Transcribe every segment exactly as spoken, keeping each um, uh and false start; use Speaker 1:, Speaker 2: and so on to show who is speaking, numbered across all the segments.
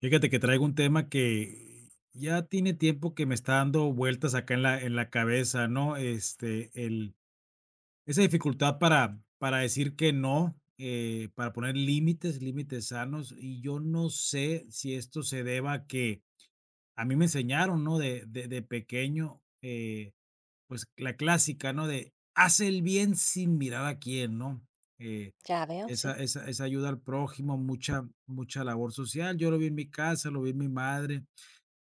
Speaker 1: Fíjate que traigo un tema que ya tiene tiempo que me está dando vueltas acá en la, en la cabeza, ¿no? Este, el, esa dificultad para, para decir que no, eh, para poner límites, límites sanos, y yo no sé si esto se deba a que a mí me enseñaron, ¿no? De, de, de pequeño, eh, pues la clásica, ¿no? De hace el bien sin mirar a quién, ¿no? Eh,
Speaker 2: Ya veo,
Speaker 1: esa,
Speaker 2: sí.
Speaker 1: esa, esa ayuda al prójimo, mucha, mucha labor social. Yo lo vi en mi casa, lo vi en mi madre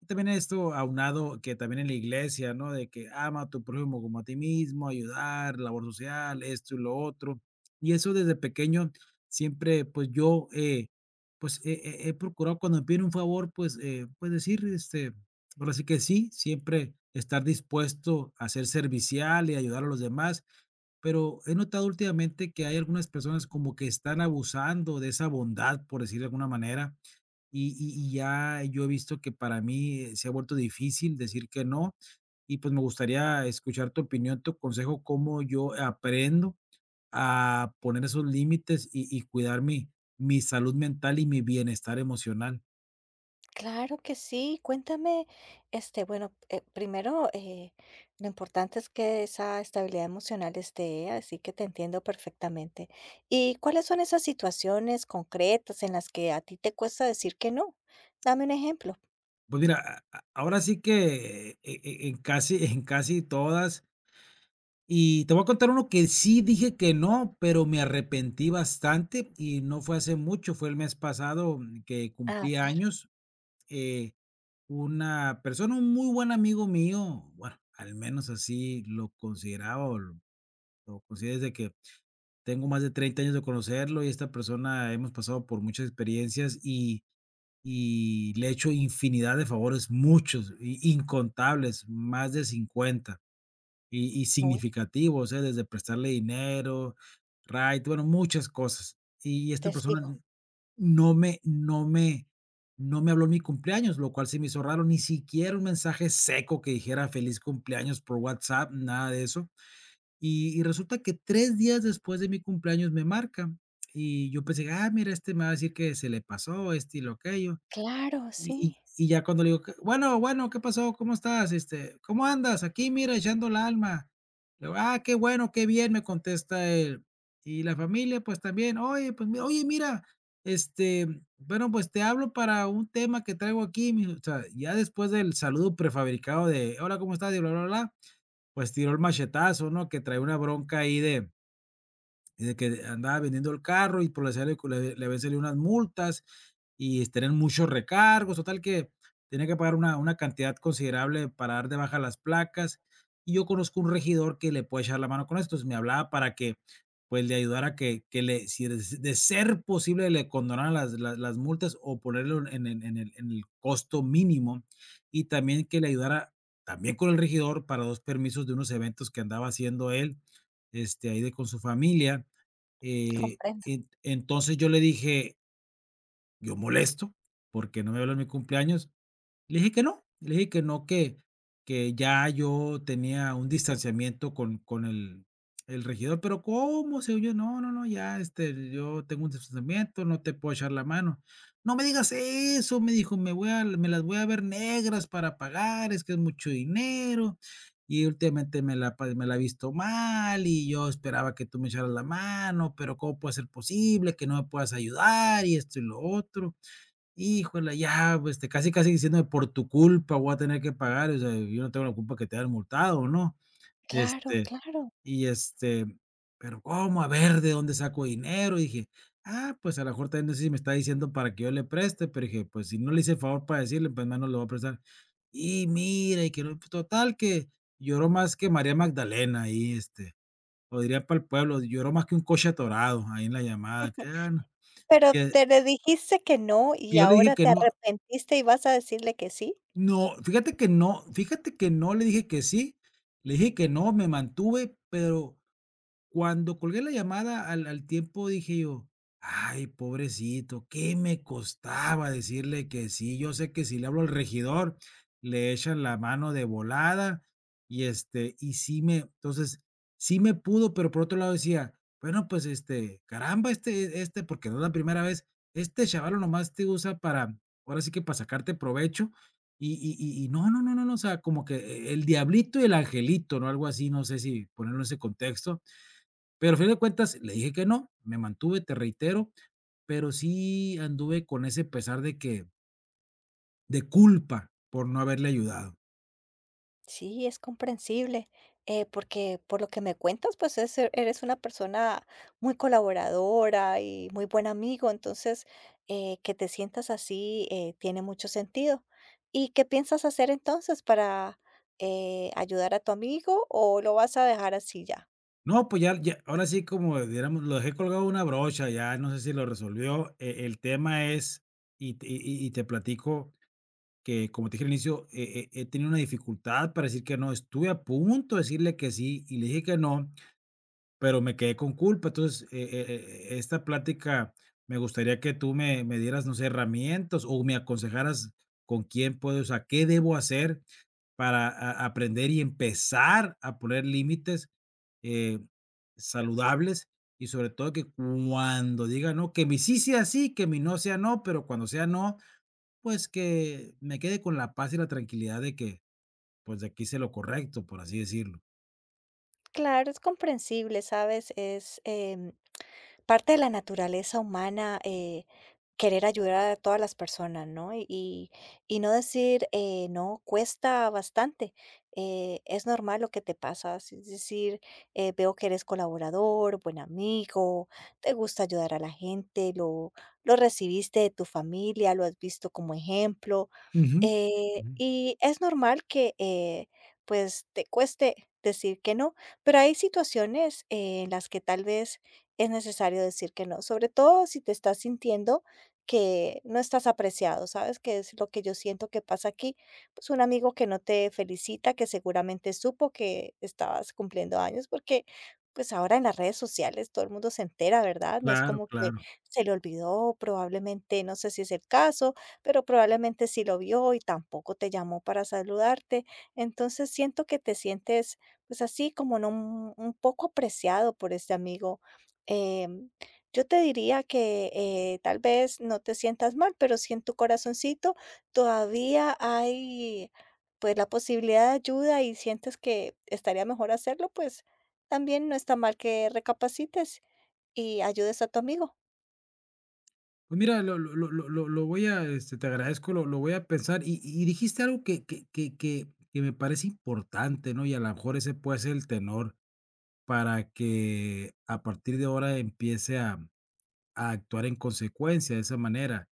Speaker 1: también esto aunado que también en la iglesia, ¿no? De que ama a tu prójimo como a ti mismo, ayudar, labor social, esto y lo otro. Y eso desde pequeño siempre, pues yo, eh, pues he, he- he procurado cuando me piden un favor, pues, eh, pues decir, este, ahora sí que sí, siempre estar dispuesto a ser servicial y ayudar a los demás. Pero he notado últimamente que hay algunas personas como que están abusando de esa bondad, por decir de alguna manera, y y y ya yo he visto que para mí, eh, se ha vuelto difícil decir que no, y pues me gustaría escuchar tu opinión, tu consejo, cómo yo aprendo a poner esos límites y y cuidar mi mi salud mental y mi bienestar emocional.
Speaker 2: Claro que sí. Cuéntame, este, bueno, eh, primero, eh, lo importante es que esa estabilidad emocional esté, así que te entiendo perfectamente. ¿Y cuáles son esas situaciones concretas en las que a ti te cuesta decir que no? Dame un ejemplo.
Speaker 1: Pues mira, a a ahora sí que e e en casi en casi todas, y te voy a contar uno que sí dije que no, pero me arrepentí bastante y no fue hace mucho, fue el mes pasado mm, que
Speaker 2: A
Speaker 1: cumplí
Speaker 2: ver,
Speaker 1: años. eh, Una persona, un muy buen amigo mío, bueno, al menos así lo consideraba, o lo, lo considero desde que tengo más de treinta años de conocerlo, y esta persona hemos pasado por muchas experiencias y, y le he hecho infinidad de favores, muchos, i- incontables, más de cincuenta, y, y
Speaker 2: muy,
Speaker 1: significativos, ¿eh? Desde prestarle dinero, right, bueno, muchas cosas. Y esta
Speaker 2: te
Speaker 1: persona
Speaker 2: sigo.
Speaker 1: no me no me no me habló en mi cumpleaños, lo cual se me hizo raro, ni siquiera un mensaje seco que dijera feliz cumpleaños por WhatsApp, nada de eso. Y y resulta que tres días después de mi cumpleaños me marca, y yo pensé: "Ah, mira, este me va a decir que se le pasó, este y lo aquello".
Speaker 2: Claro,
Speaker 1: Y y
Speaker 2: sí,
Speaker 1: y ya cuando le digo: "¿Qué? Bueno, bueno, ¿qué pasó? ¿Cómo estás? Este, ¿cómo andas?". "Aquí, mira, echando el alma". Le digo: "Ah, qué bueno, qué bien", me contesta él. "Y la familia, pues también". "Oye, pues mi oye, mira, este, bueno, pues te hablo para un tema que traigo aquí", me o sea, ya después del saludo prefabricado de: "Hola, ¿cómo estás?", y bla, bla, bla, pues tiró el machetazo, ¿no? Que traía una bronca ahí de de que andaba vendiendo el carro, y por la le, le, le habían salido unas multas y tenían muchos recargos, total que tenía que pagar una, una cantidad considerable para dar de baja las placas. Y yo conozco un regidor que le puede echar la mano con esto. Entonces me hablaba para que pues le ayudara que, que le, si de de ser posible, le condonaran las, las, las multas, o ponerlo en, el- en el, en el costo mínimo, y también que le ayudara también con el regidor para dos permisos de unos eventos que andaba haciendo él, este, ahí de con su familia. eh,
Speaker 2: comprendo.
Speaker 1: en entonces yo le dije: "Yo molesto, porque no me habló en mi cumpleaños". Le dije que no, le dije que no, que que ya yo tenía un distanciamiento con con el el regidor, pero ¿cómo? Se yo, no, no, no, ya, este, yo tengo un distanciamiento, no te puedo echar la mano. No me digas eso, me dijo, me voy a me las voy a ver negras para pagar, es que es mucho dinero, y últimamente me la pa me la he visto mal, y yo esperaba que tú me echaras la mano, pero ¿cómo puede ser posible que no me puedas ayudar? Y esto y lo otro. Híjole, ya, pues, este, casi, casi diciéndome: "Por tu culpa voy a tener que pagar", o sea, yo no tengo la culpa que te hayan multado, ¿no?
Speaker 2: Claro,
Speaker 1: Este,
Speaker 2: claro.
Speaker 1: y, este, pero, ¿cómo? A ver, ¿de dónde saco dinero? Dije: "Ah, pues, a lo mejor también no sé si me está diciendo para que yo le preste", pero dije: "Pues, si no le hice el favor para decirle, pues, menos le voy a prestar". Y mira, y que no, pues, total que lloró más que María Magdalena ahí, este, o diría para el pueblo, lloró más que un coche atorado ahí en la llamada, que, ah, no,
Speaker 2: Pero
Speaker 1: que
Speaker 2: te le dijiste que no y
Speaker 1: yo le dije
Speaker 2: ahora
Speaker 1: que
Speaker 2: te
Speaker 1: no.
Speaker 2: arrepentiste y vas a decirle que sí.
Speaker 1: No, fíjate que no, fíjate que no le dije que sí, le dije que no, me mantuve, pero cuando colgué la llamada al al tiempo dije yo: "Ay, pobrecito, ¿qué me costaba decirle que sí?". Yo sé que si le hablo al regidor, le echan la mano de volada y, este, y sí me entonces, sí me pudo, pero por otro lado decía: "Bueno, pues, este, caramba, este este, porque no es la primera vez, este chaval nomás te usa para, ahora sí que para sacarte provecho". Y y y y no, no, no, no, no, o sea, como que e el diablito y el angelito, ¿no? Algo así, no sé si ponerlo en ese contexto. Pero al fin de cuentas le dije que no, me mantuve, te reitero, pero sí anduve con ese pesar de que de culpa por no haberle ayudado.
Speaker 2: Sí, es comprensible, eh, porque por lo que me cuentas, pues es- eh, eres una persona muy colaboradora y muy buen amigo, entonces eh, que te sientas así eh, tiene mucho sentido. ¿Y qué piensas hacer entonces para eh, ayudar a tu amigo o lo vas a dejar así ya?
Speaker 1: No, pues ya ya ahora sí, como diéramos, lo dejé colgado una brocha, ya no sé si lo resolvió. E el tema es, y te y y te platico que, como te dije al inicio, he he he tenido una dificultad para decir que no. Estuve a punto de decirle que sí, y le dije que no, pero me quedé con culpa. Entonces, eh, eh, eh, eh, esta plática me gustaría que tú me, me dieras, no sé, herramientas, o me aconsejaras con quién puedo, o sea, qué debo hacer para a- aprender y empezar a poner límites eh, saludables, y sobre todo que cuando diga no, que mi sí sea sí, que mi no sea no, pero cuando sea no, pues que me quede con la paz y la tranquilidad de que pues de aquí hice lo correcto, por así decirlo.
Speaker 2: Claro, es comprensible, ¿sabes? Es, em, parte de la naturaleza humana eh, querer ayudar a todas las personas, ¿no? Y, y y no decir, eh, no, cuesta bastante. Eh, es normal lo que te pasa, si, es decir, eh, veo que eres colaborador, buen amigo, te gusta ayudar a la gente, lo, lo recibiste de tu familia, lo has visto como ejemplo,
Speaker 1: Ujú,
Speaker 2: eh,
Speaker 1: ujú.
Speaker 2: y es normal que eh, pues te cueste decir que no, pero hay situaciones eh, en las que tal vez es necesario decir que no, sobre todo si te estás sintiendo que no estás apreciado, ¿sabes? Que es lo que yo siento que pasa aquí. Pues un amigo que no te felicita, que seguramente supo que estabas cumpliendo años, porque pues ahora en las redes sociales todo el mundo se entera, ¿verdad? No es
Speaker 1: Claro,
Speaker 2: como que
Speaker 1: claro.
Speaker 2: se le olvidó, probablemente, no sé si es el caso, pero probablemente sí lo vio y tampoco te llamó para saludarte. Entonces siento que te sientes pues así como no un un poco apreciado por este amigo. Em, yo te diría que eh, tal vez no te sientas mal, pero si en tu corazoncito todavía hay pues la posibilidad de ayuda y sientes que estaría mejor hacerlo, pues también no está mal que recapacites y ayudes a tu amigo.
Speaker 1: Pues mira, lo lo lo lo lo lo voy a, este, te agradezco, lo lo voy a pensar. Y y dijiste algo que que que que que me parece importante, ¿no? Y a lo mejor ese puede ser el tenor para que a partir de ahora empiece a a actuar en consecuencia de esa manera.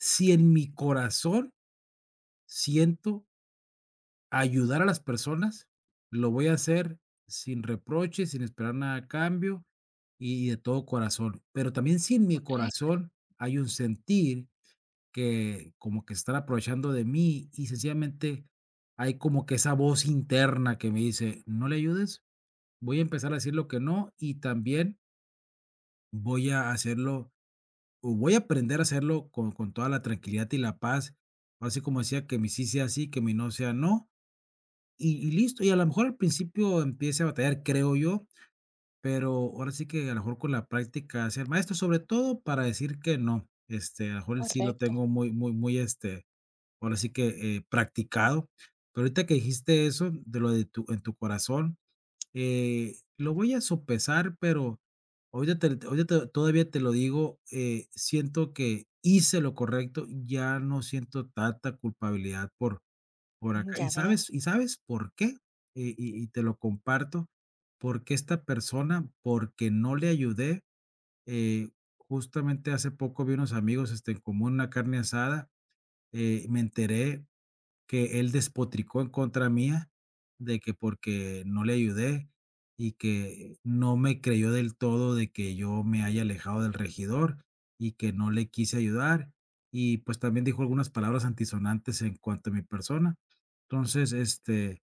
Speaker 1: Si en mi corazón siento ayudar a las personas, lo voy a hacer sin reproches, sin esperar nada a cambio y de todo corazón. Pero también si en mi
Speaker 2: Correcto,
Speaker 1: corazón hay un sentir que como que se están aprovechando de mí, y sencillamente hay como que esa voz interna que me dice, no le ayudes, voy a empezar a decir lo que no, y también voy a hacerlo, o voy a aprender a hacerlo con, con toda la tranquilidad y la paz, así como decía, que mi sí sea sí, que mi no sea no, y, y listo. Y a lo mejor al principio empiece a batallar, creo yo, pero ahora sí que a lo mejor con la práctica ser maestro, sobre todo para decir que no. Este, a lo mejor el sí lo
Speaker 2: correcto.
Speaker 1: tengo muy, muy, muy, este, Ahora sí que, eh, practicado. Pero ahorita que dijiste eso, de lo de tu en tu corazón, eh, lo voy a sopesar, pero ahorita te ahorita todavía te lo digo, eh, siento que hice lo correcto, ya no siento tanta culpabilidad por por acá.
Speaker 2: Ya
Speaker 1: ¿Y
Speaker 2: veo.
Speaker 1: sabes y sabes por qué? Y y y te lo comparto, porque esta persona, porque no le ayudé, eh, justamente hace poco vi unos amigos, este, en común, una carne asada, eh, me enteré que él despotricó en contra mía de que porque no le ayudé, y que no me creyó del todo de que yo me haya alejado del regidor, y que no le quise ayudar. Y pues también dijo algunas palabras antisonantes en cuanto a mi persona. Entonces, este,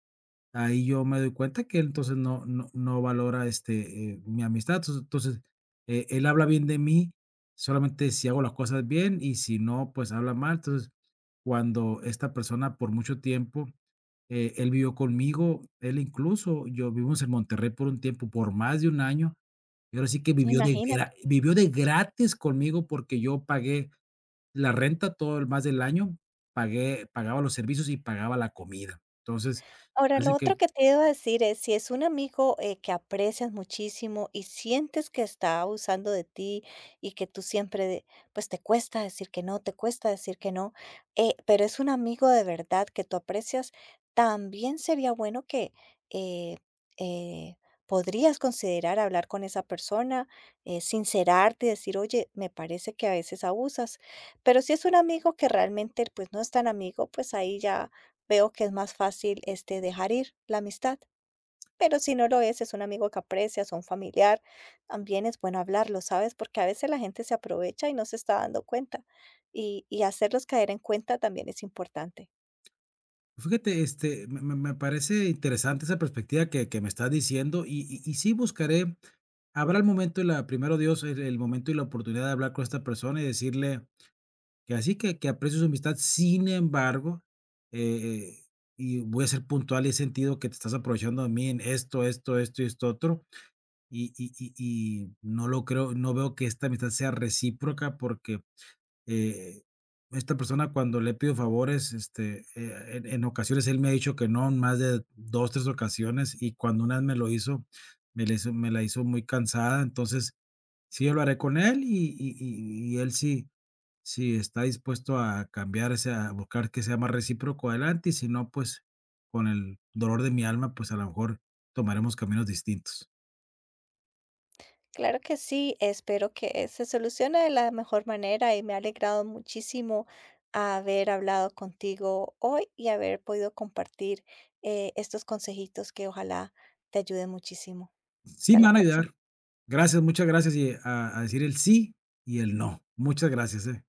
Speaker 1: ahí yo me doy cuenta que él entonces no no no valora, este, eh, mi amistad. Entonces entonces, eh, él habla bien de mí solamente si hago las cosas bien, y si no, pues habla mal. Entonces, cuando esta persona por mucho tiempo, eh, él vivió conmigo, él incluso yo vivimos en Monterrey por un tiempo, por más de un año, y ahora sí que vivió de gra
Speaker 2: Imagínate.
Speaker 1: vivió de gratis conmigo porque yo pagué la renta todo el más del año, pagué pagaba los servicios y pagaba la comida. Entonces,
Speaker 2: Ahora, lo
Speaker 1: parece que
Speaker 2: otro que te iba a decir es, si es un amigo, eh, que aprecias muchísimo y sientes que está abusando de ti y que tú siempre, de- pues te cuesta decir que no, te cuesta decir que no, eh, pero es un amigo de verdad que tú aprecias, también sería bueno que eh, eh, podrías considerar hablar con esa persona, eh, sincerarte y decir, oye, me parece que a veces abusas, pero si es un amigo que realmente, pues no es tan amigo, pues ahí ya veo que es más fácil, este, dejar ir la amistad. Pero si no lo es, es un amigo que aprecias, un familiar, también es bueno hablarlo, ¿sabes? Porque a veces la gente se aprovecha y no se está dando cuenta. Y, y hacerlos caer en cuenta también es importante.
Speaker 1: Fíjate, este, me me me parece interesante esa perspectiva que que me estás diciendo, y y y sí buscaré, habrá el momento y la primero Dios, el el momento y la oportunidad de hablar con esta persona y decirle que así, que que aprecio su amistad, sin embargo, eh eh, y voy a ser puntual, y he sentido que te estás aprovechando de mí en esto, esto, esto y esto otro, y y y y no lo creo, no veo que esta amistad sea recíproca porque, eh, esta persona cuando le pido favores, este, eh, en en ocasiones él me ha dicho que no, en más de dos tres ocasiones, y cuando una vez me lo hizo, me la hizo me la hizo muy cansada. Entonces, sí hablaré con él, y y y y él sí, sí está dispuesto a cambiar, o a buscar que sea más recíproco, adelante, y si no, pues, con el dolor de mi alma, pues, a lo mejor tomaremos caminos distintos.
Speaker 2: Claro que sí, espero que se solucione de la mejor manera y me ha alegrado muchísimo haber hablado contigo hoy y haber podido compartir eh, estos consejitos que ojalá te ayuden muchísimo.
Speaker 1: Sí,
Speaker 2: Hasta
Speaker 1: me
Speaker 2: la
Speaker 1: van a ayudar.
Speaker 2: próxima.
Speaker 1: Gracias, muchas gracias, y a a decir el sí y el no. Muchas gracias, eh.